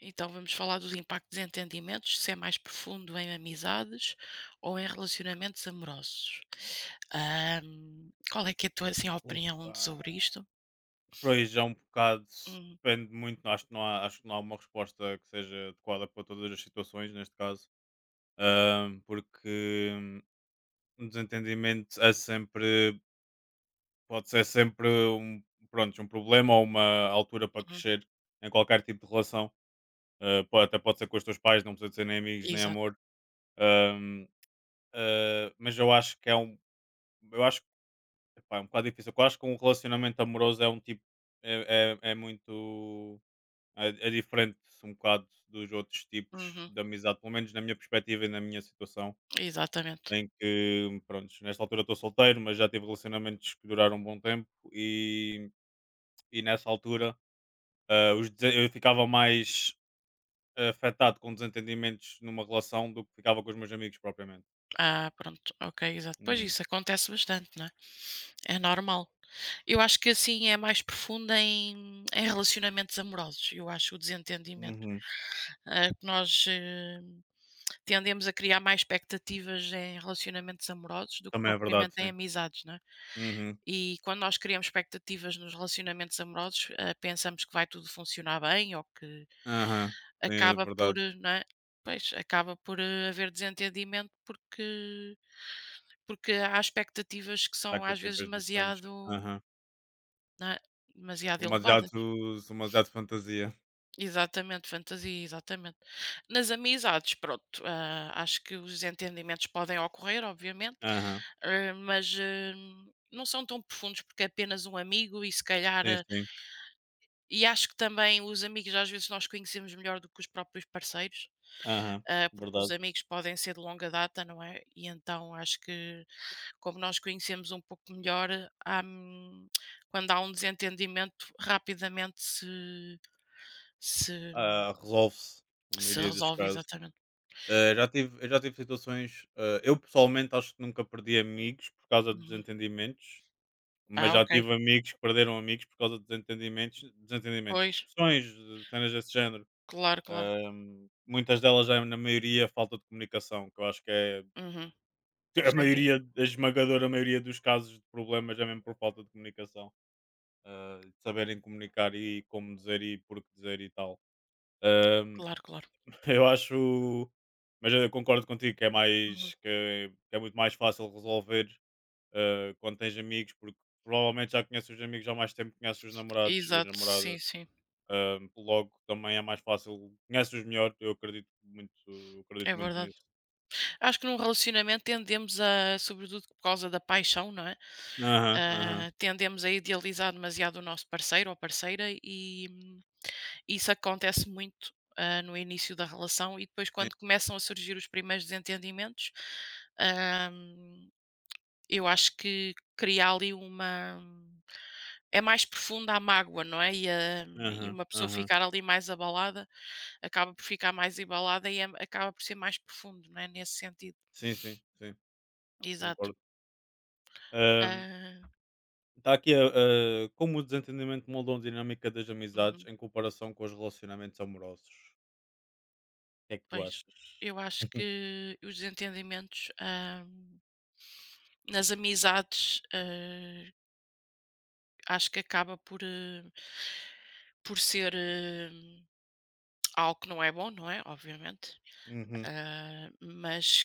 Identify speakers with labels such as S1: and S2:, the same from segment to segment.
S1: Então vamos falar dos impactos em entendimentos, se é mais profundo em amizades ou em relacionamentos amorosos. Qual é que é a tua assim, opinião sobre isto?
S2: Por aí já um bocado
S1: Uhum,
S2: depende muito, acho que não há, acho que não há uma resposta que seja adequada para todas as situações, neste caso, porque um desentendimento é sempre, pode ser sempre um, pronto, um problema ou uma altura para
S1: uhum,
S2: crescer em qualquer tipo de relação, até pode ser com os teus pais, não precisa de ser nem amigos, nem
S1: exato.
S2: amor, ahm, mas eu acho que é um, eu acho Epá, é um bocado difícil. Eu acho que um relacionamento amoroso é um tipo. É muito. É diferente um bocado dos outros tipos
S1: Uhum,
S2: de amizade, pelo menos na minha perspectiva e na minha situação.
S1: exatamente.
S2: Em que, pronto, nesta altura estou solteiro, mas já tive relacionamentos que duraram um bom tempo e nessa altura eu ficava mais afetado com desentendimentos numa relação do que ficava com os meus amigos propriamente.
S1: Ah, pronto, ok, exato. Pois
S2: Uhum.
S1: isso acontece bastante, não é? É normal. Eu acho que assim é mais profundo em relacionamentos amorosos, eu acho, o desentendimento.
S2: Uhum.
S1: Ah, que nós tendemos a criar mais expectativas em relacionamentos amorosos do que
S2: Também é
S1: propriamente
S2: verdade,
S1: em
S2: sim.
S1: amizades, não é?
S2: Uhum.
S1: E quando nós criamos expectativas nos relacionamentos amorosos, pensamos que vai tudo funcionar bem ou que
S2: Aham. Sim, é
S1: acaba por,
S2: verdade.
S1: não é? Pois, acaba por, haver desentendimento porque há expectativas que são às vezes
S2: Expectativas diferentes.
S1: demasiado,
S2: Aham.
S1: não é? Demasiado
S2: Demasiado,
S1: elevadas.
S2: demasiado fantasia.
S1: Exatamente, fantasia, exatamente. Nas amizades, pronto, ah, acho que os desentendimentos podem ocorrer, obviamente,
S2: Aham.
S1: ah, mas ah, não são tão profundos porque é apenas um amigo e se calhar.
S2: Sim,
S1: ah,
S2: sim.
S1: e acho que também os amigos às vezes nós conhecemos melhor do que os próprios parceiros,
S2: Aham.
S1: ah, porque os
S2: Verdade.
S1: amigos podem ser de longa data, não é? E então acho que, como nós conhecemos um pouco melhor, há, quando há um desentendimento, rapidamente se,
S2: Ah, resolve-se na
S1: se
S2: maioria dos
S1: resolve
S2: casos.
S1: exatamente.
S2: Eu já tive situações. Eu pessoalmente acho que nunca perdi amigos por causa de
S1: Uhum.
S2: desentendimentos, mas
S1: Ah,
S2: já
S1: ok.
S2: tive amigos que perderam amigos por causa de desentendimentos,
S1: Pois,
S2: discussões, de cenas desse género.
S1: claro, claro.
S2: Ah, muitas delas já na maioria falta de comunicação, que eu acho que é
S1: Uhum.
S2: A
S1: Sem dúvida.
S2: maioria, a esmagadora maioria dos casos de problemas é mesmo por falta de comunicação, de saberem comunicar e como dizer e por que dizer e tal. Ahm,
S1: Claro, claro.
S2: eu acho, mas eu concordo contigo que é
S1: Uhum.
S2: que é muito mais fácil resolver quando tens amigos, porque provavelmente já conheces os amigos há mais tempo que conheces os namorados e as
S1: Exato, sim,
S2: namoradas.
S1: sim.
S2: Logo também é mais fácil, conheces-os melhor, eu acredito
S1: É
S2: muito
S1: verdade.
S2: nisso.
S1: Acho que num relacionamento tendemos a, sobretudo por causa da paixão, não é?
S2: Aham, aham,
S1: Ah, tendemos a idealizar demasiado o nosso parceiro ou parceira e isso acontece muito ah, no início da relação e depois
S2: sim,
S1: quando começam a surgir os primeiros desentendimentos, ah, eu acho que cria ali uma é mais profunda a mágoa, não é, e
S2: aham,
S1: uma pessoa
S2: aham,
S1: ficar ali mais abalada, acaba por ficar mais abalada e acaba por ser mais profundo, não é, nesse sentido.
S2: sim, sim, sim.
S1: Exato.
S2: Concordo. Ahm,
S1: Hã,
S2: Está aqui como o desentendimento moldou a dinâmica das amizades
S1: uhum,
S2: em comparação com os relacionamentos amorosos. O que é que tu
S1: pois.
S2: achas?
S1: Eu acho que os desentendimentos, hã, nas amizades, hã, acho que acaba por, por ser, algo que não é bom, não é, obviamente,
S2: Uhum.
S1: hã, mas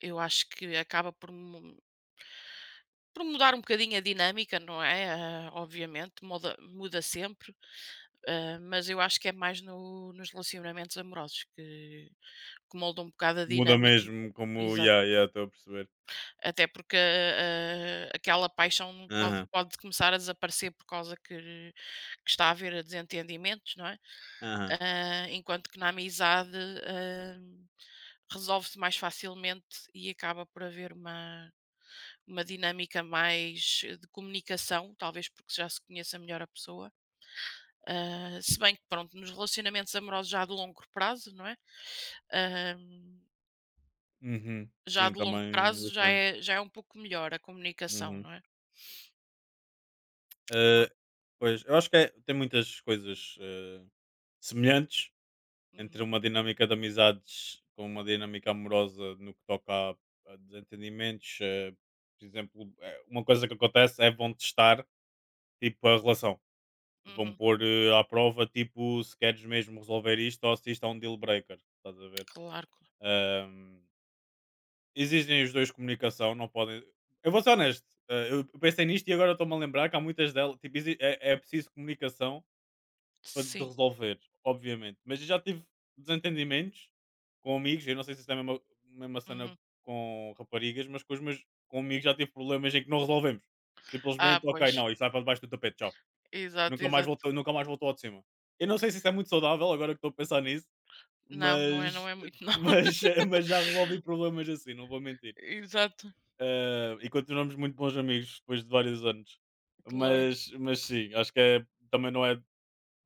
S1: eu acho que acaba por mudar um bocadinho a dinâmica, não é, ah, obviamente, muda sempre, ah, mas eu acho que é mais no nos relacionamentos amorosos que molda um bocado a
S2: Muda
S1: dinâmica.
S2: mesmo, como.
S1: Exato.
S2: Ya, ya, estou a perceber.
S1: Até porque a aquela paixão pode
S2: Aham,
S1: pode começar a desaparecer por causa que está a haver desentendimentos, não é?
S2: aham.
S1: Ah, enquanto que na amizade, resolve-se mais facilmente e acaba por haver uma dinâmica mais de comunicação, talvez porque já se conheça melhor a pessoa. Ah, se bem que, pronto, nos relacionamentos amorosos já de longo prazo, não é? Hum,
S2: Uhum.
S1: já
S2: Sim,
S1: de longo
S2: também é
S1: prazo já
S2: diferente.
S1: é, já é um pouco melhor a comunicação,
S2: Uhum.
S1: não é? Não há-
S2: Ah, Pois, eu acho que é- tem muitas coisas semelhantes entre
S1: Uhum,
S2: uma dinâmica de amizades com uma dinâmica amorosa no que toca a desentendimentos. Por exemplo, uma coisa que acontece é vão testar tipo, a relação. Vão
S1: uhum,
S2: pôr à prova, tipo, se queres mesmo resolver isto ou se isto é um deal breaker. Estás a ver?
S1: claro, claro.
S2: Ahm, Existem os dois comunicação, não podem. Eu vou ser honesto, eu pensei nisto e agora estou-me a lembrar que há muitas delas. Tipo, é preciso comunicação para de
S1: Sim.
S2: resolver, obviamente. Mas eu já tive desentendimentos com amigos, eu não sei se isso é a mesma cena
S1: Uhum.
S2: com raparigas, mas com os meus com amigos já tive problemas em que não resolvemos.
S1: Ah,
S2: Simplesmente, ok,
S1: pois.
S2: não, isso vai para debaixo do tapete, tchau.
S1: Exato,
S2: Nunca mais
S1: exato.
S2: voltou, nunca mais voltou ao de cima. Eu não sei se isso é muito saudável, agora que estou a pensar nisso,
S1: Não, não é, não
S2: mas,
S1: é muito, não.
S2: mas, mas já resolvi problemas assim, não vou mentir.
S1: Exato,
S2: E continuamos muito bons amigos depois de vários anos.
S1: claro.
S2: Mas sim, acho que é, também não é.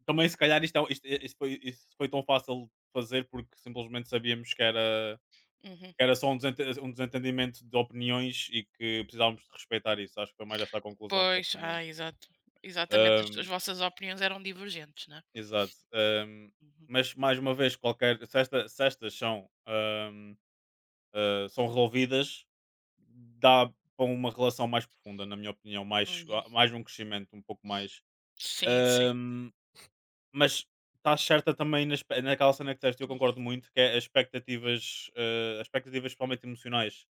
S2: Também se calhar isto foi tão fácil de fazer porque simplesmente sabíamos
S1: Uhum.
S2: que era só um desentendimento de opiniões e que precisávamos de respeitar isso. Acho que foi mais essa a conclusão
S1: Pois,
S2: propriamente.
S1: ah, exato. Exatamente, as vossas opiniões eram divergentes, né?
S2: Exato.
S1: Uhum.
S2: Mas mais uma vez, qualquer se, esta- se estas são, são resolvidas, dá para uma relação mais profunda, na minha opinião, mais,
S1: Uhum.
S2: mais um crescimento um pouco mais.
S1: Sim, sim.
S2: Ahm, mas estás certa também naquela cena que disseste, eu
S1: Uhum.
S2: concordo muito, que é as expectativas, as expectativas principalmente emocionais,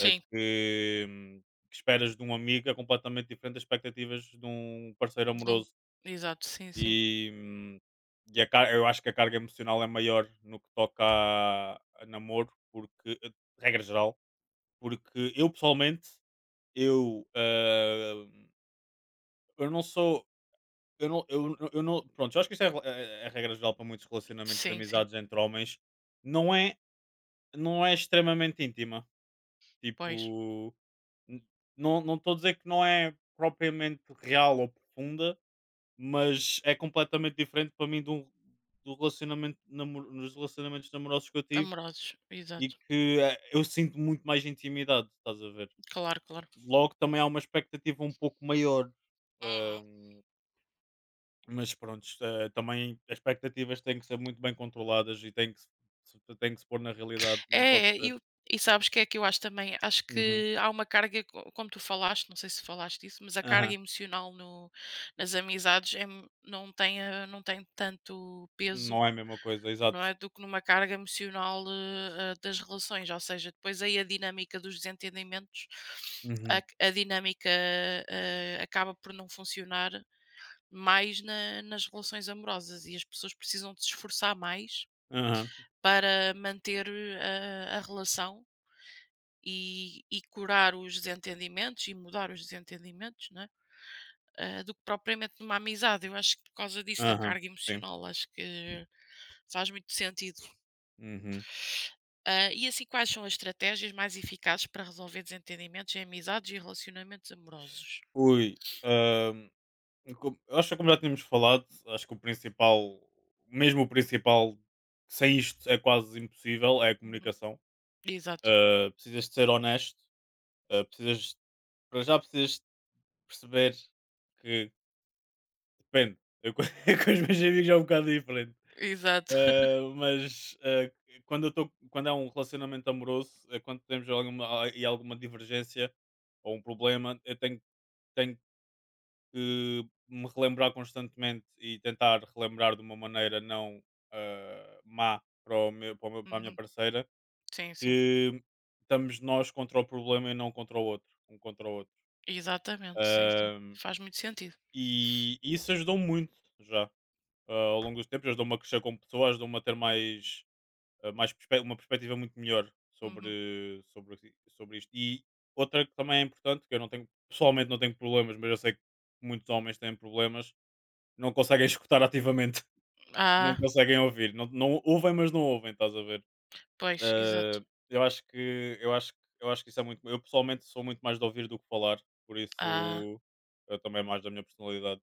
S2: ah, que, hum, que esperas de um amigo é completamente diferente das expectativas de um parceiro
S1: Não-
S2: amoroso
S1: Exato, sim, sim.
S2: e, eu acho que a carga emocional é maior no que toca a namoro, porque, regra geral, porque eu pessoalmente, eu, ah, eu não sou, eu não, pronto, eu acho que isso é regra geral para muitos relacionamentos de
S1: Sim, sim.
S2: amizades entre homens, não é, não é extremamente íntima,
S1: Pois,
S2: tipo, n- não estou a dizer que não é propriamente real ou profunda, mas é completamente diferente para mim do, do relacionamento nos relacionamentos namorosos que eu tive
S1: amorosos,
S2: e
S1: exato.
S2: que eu sinto muito mais intimidade, estás a ver?
S1: Claro, claro.
S2: Logo também há uma expectativa um pouco maior,
S1: Uhum.
S2: ahm, mas pronto, também as expectativas têm que ser muito bem controladas e têm que, se- se- têm que se pôr na realidade, não pode
S1: É, é,
S2: ser.
S1: e, o- e sabes que é que eu acho também? Acho
S2: Uhum,
S1: que há uma carga, como tu falaste, não sei se falaste disso, mas a carga
S2: aham.
S1: emocional no, nas amizades não tem tanto peso
S2: Não é a mesma coisa,
S1: não
S2: exato.
S1: é? Do que numa carga emocional das relações. Ou seja, depois aí a dinâmica dos desentendimentos, a,
S2: Uhum,
S1: a dinâmica acaba por não funcionar mais nas relações amorosas e as pessoas precisam de se esforçar mais
S2: aham,
S1: para manter a relação. E curar os desentendimentos e mudar os desentendimentos, não é? Do que propriamente numa amizade. Eu acho que por causa disso, da
S2: aham,
S1: carga
S2: Sim.
S1: emocional, acho que faz muito sentido.
S2: Uhum.
S1: Ah, e assim, quais são as estratégias mais eficazes para resolver desentendimentos em amizades e relacionamentos amorosos?
S2: Ui. ehm, Eu acho que como já
S1: Hum,
S2: tínhamos falado, acho que o principal, mesmo o principal, sem isto é quase impossível, é a
S1: uhum.
S2: comunicação.
S1: Exato,
S2: Precisas de ser honesto, uh, precisas, para já precisas de perceber que depende. Eu, com com os meus amigos é um bocado diferente.
S1: exato.
S2: Uh, mas uh, Quando, quando é um relacionamento amoroso, é quando temos alguma divergência ou um problema, tenho que me relembrar constantemente e tentar relembrar de uma maneira não má para a minha
S1: Uhum.
S2: parceira,
S1: Sim, sim.
S2: que estamos nós contra o problema e não contra o outro, um contra o outro.
S1: Exatamente, sim, sim.
S2: Ahm,
S1: Faz muito sentido.
S2: e isso ajudou muito já ao longo dos tempos, ajudou-me a crescer como pessoa, ajudou-me a ter mais, uma perspectiva muito melhor
S1: Uhum.
S2: sobre, sobre, sobre isto. E outra que também é importante, que eu não tenho, pessoalmente não tenho problemas, mas eu sei que muitos homens têm problemas, não conseguem escutar ativamente, não
S1: Ah,
S2: conseguem ouvir, não, não ouvem, mas não ouvem, estás a ver?
S1: pois, exato.
S2: Eh, eu acho que isso é muito. Eu pessoalmente sou muito mais de ouvir do que falar, por
S1: Ah,
S2: isso eu também é mais da minha personalidade.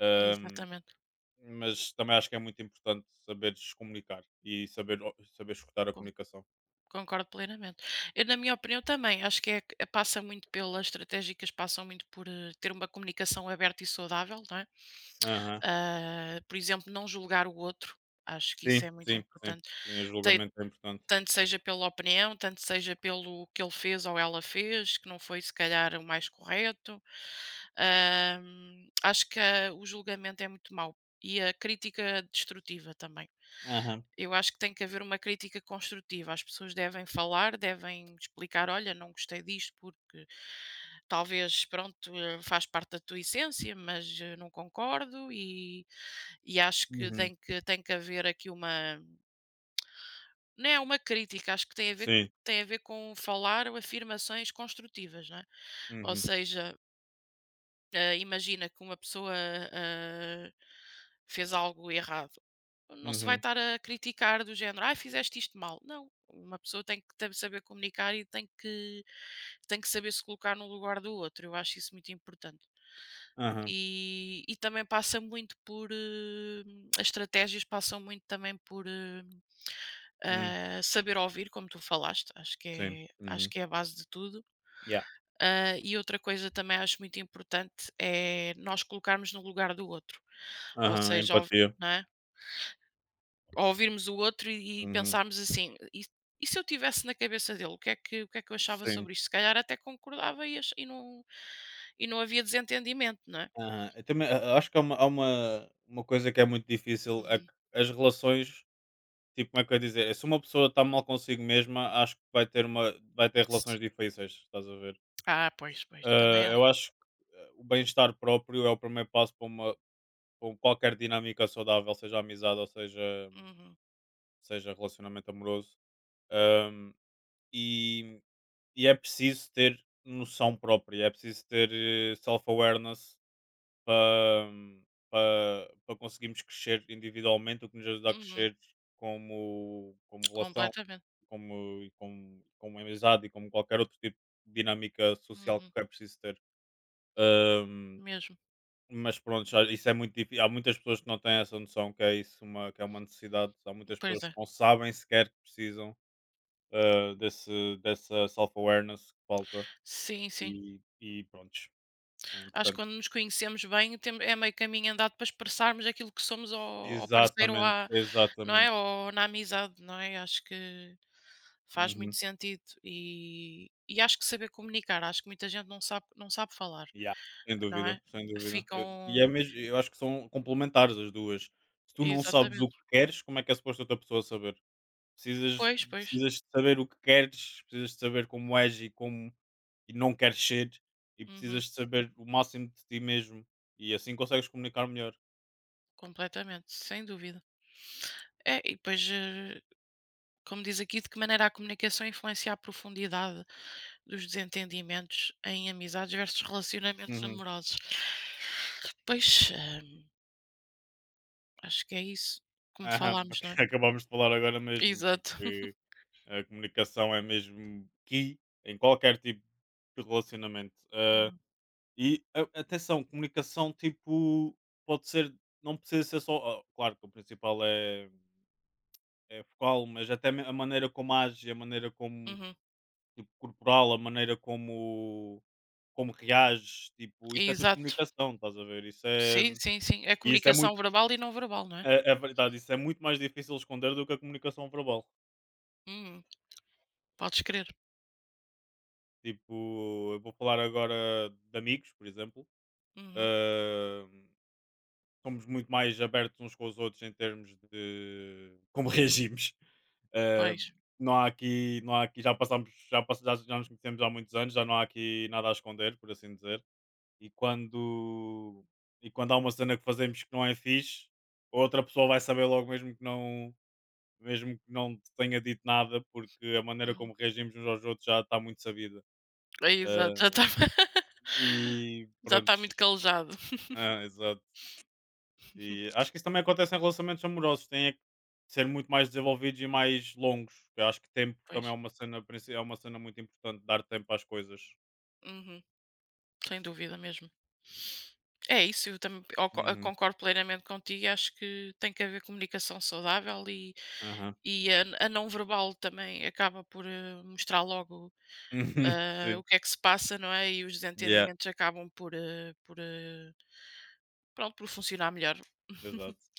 S2: Ahm,
S1: exatamente.
S2: mas também acho que é muito importante saberes comunicar e saber escutar a
S1: Con-
S2: comunicação.
S1: Concordo plenamente. Eu, na minha opinião, também acho que passa muito pelas estratégicas, passam muito por ter uma comunicação aberta e saudável, não é?
S2: Aham.
S1: Ah, por exemplo, não julgar o outro. Acho que isso
S2: Sim,
S1: é muito
S2: sim, sim.
S1: importante.
S2: Sim, o julgamento é importante.
S1: Tanto seja pela opinião, tanto seja pelo que ele fez ou ela fez, que não foi se calhar o mais correto. Acho que o julgamento é muito mau e a crítica destrutiva também.
S2: Aham.
S1: Eu acho que tem que haver uma crítica construtiva. As pessoas devem falar, devem explicar: olha, não gostei disto porque talvez, pronto, faz parte da tua essência, mas não concordo. E acho que
S2: Uhum.
S1: tem, que tem que haver aqui uma não é uma crítica, acho que tem a ver
S2: Sim.
S1: tem a ver com falar ou afirmações construtivas, não é? Ou
S2: Uhum.
S1: seja, imagina que uma pessoa, ah, fez algo errado, não se vai
S2: Uhum.
S1: estar a criticar do género: ah fizeste isto mal". Não, uma pessoa tem que ta saber comunicar e tem que saber se colocar no lugar do outro, eu acho isso muito importante.
S2: Aham.
S1: E também passa muito por, as estratégias passam muito também por,
S2: Hum.
S1: ah, saber ouvir, como tu falaste, acho que
S2: Sim.
S1: é
S2: Uhum.
S1: a base de tudo.
S2: Yeah.
S1: Ah, e outra coisa também acho muito importante é nós colocarmos no lugar do outro, ou
S2: Aham.
S1: seja, ouv
S2: Empatia.
S1: não é? Ouvirmos o outro e
S2: Uhum.
S1: pensarmos assim: "E se eu tivesse na cabeça dele, o que é que eu achava
S2: Sim.
S1: sobre isto?" Se calhar até concordava e não havia desentendimento, não é?
S2: Aham. Eu também a acho que há uma uma coisa que é muito difícil, é que
S1: Uhum.
S2: as relações, tipo, como é que eu ia dizer? Se uma pessoa está mal consigo mesma, acho que vai ter relações difíceis, estás a ver?
S1: Ah, pois, pois, também
S2: Ah, eu
S1: acho.
S2: acho que, ah, O bem-estar próprio é o primeiro passo para uma para um, qualquer dinâmica saudável, seja amizade ou
S1: Uhum,
S2: seja relacionamento amoroso. Hum, e e é preciso ter noção própria, é preciso ter, self-awareness para, para, para conseguirmos crescer individualmente, o que nos ajuda a
S1: uhum,
S2: crescer como, como relação,
S1: completamente.
S2: como, e como, como amizade e como qualquer outro tipo de dinâmica social que
S1: Uhum,
S2: é preciso ter. Ahm,
S1: mesmo,
S2: mas pronto, isso é muito difícil. Há muitas pessoas que não têm essa noção que é isso uma, que é uma necessidade. Há muitas
S1: pois
S2: pessoas
S1: é.
S2: que não sabem sequer que precisam dessa self-awareness que falta.
S1: Sim, sim.
S2: E pronto, é
S1: Acho que
S2: importante.
S1: quando nos conhecemos bem, tem é meio caminho andado para expressarmos aquilo que somos ao parceiro ou
S2: Exatamente,
S1: à não é,
S2: exatamente.
S1: ou na amizade, não é? Acho que faz muito
S2: Uhum.
S1: sentido e acho que saber comunicar, acho que muita gente não sabe falar,
S2: Ya, sem
S1: não
S2: dúvida,
S1: é?
S2: sem dúvida. Eu e é
S1: Ficam
S2: mesmo eu acho que são complementares as duas. Se tu não sabes o
S1: exatamente.
S2: que queres, como é que é suposto outra pessoa saber? Precisas
S1: Pois, pois.
S2: Precisas de saber o que queres, precisas de saber como és e como e não queres ser, e precisas
S1: Uhum,
S2: de saber o máximo de ti mesmo, e assim consegues comunicar melhor.
S1: completamente, sem dúvida. É, e depois, como diz aqui, de que maneira a comunicação influencia a profundidade dos desentendimentos em amizades versus relacionamentos
S2: Uhum.
S1: amorosos? Pois, acho que é isso, como
S2: Aham,
S1: falámos,
S2: porque
S1: não é?
S2: acabámos de falar agora mesmo,
S1: Exato.
S2: porque a comunicação é mesmo key em qualquer tipo de relacionamento. Ah,
S1: Uhum.
S2: E a atenção, comunicação tipo, pode ser não precisa ser só claro que o principal é vocal, mas até me a maneira como age, a maneira como
S1: Uhum.
S2: tipo corporal, a maneira como como reages, tipo, isso é tudo
S1: Exato.
S2: comunicação, estás a ver?
S1: Sim, sim, sim. É
S2: E isso é
S1: comunicação
S2: muito
S1: verbal e não verbal, não é?
S2: é verdade, isso é muito mais difícil esconder do que a comunicação verbal.
S1: Uhum. Podes crer.
S2: Tipo, eu vou falar agora de amigos, por exemplo,
S1: Uhum.
S2: hum, somos muito mais abertos uns com os outros em termos de como reagimos. Eh,
S1: Pois.
S2: não há aqui, não há aqui, já passamos, já nos conhecemos há muitos anos, já não há aqui nada a esconder, por assim dizer. E quando, e quando há uma cena que fazemos que não é fixe, a outra pessoa vai saber logo mesmo que não te tenha dito nada, porque a maneira
S1: Hum.
S2: como reagimos uns aos outros já está muito sabida.
S1: É exato, já
S2: Eh,
S1: está
S2: e
S1: já
S2: pronto,
S1: está muito calejado.
S2: E acho que isso também acontece em relacionamentos amorosos, têm é que ser muito mais desenvolvidos e mais longos. Eu acho que tempo
S1: Pois.
S2: também é uma cena, é uma cena muito importante, dar tempo às coisas.
S1: Uhum. Sem dúvida mesmo. É isso, eu também
S2: Uhum.
S1: concordo plenamente contigo acho que tem que haver comunicação saudável e
S2: Aham.
S1: a não verbal também acaba por, mostrar logo, hã, o
S2: Sim.
S1: que é que se passa, não é, e os
S2: Yeah.
S1: desentendimentos acabam por, pronto, por funcionar melhor.
S2: Exato.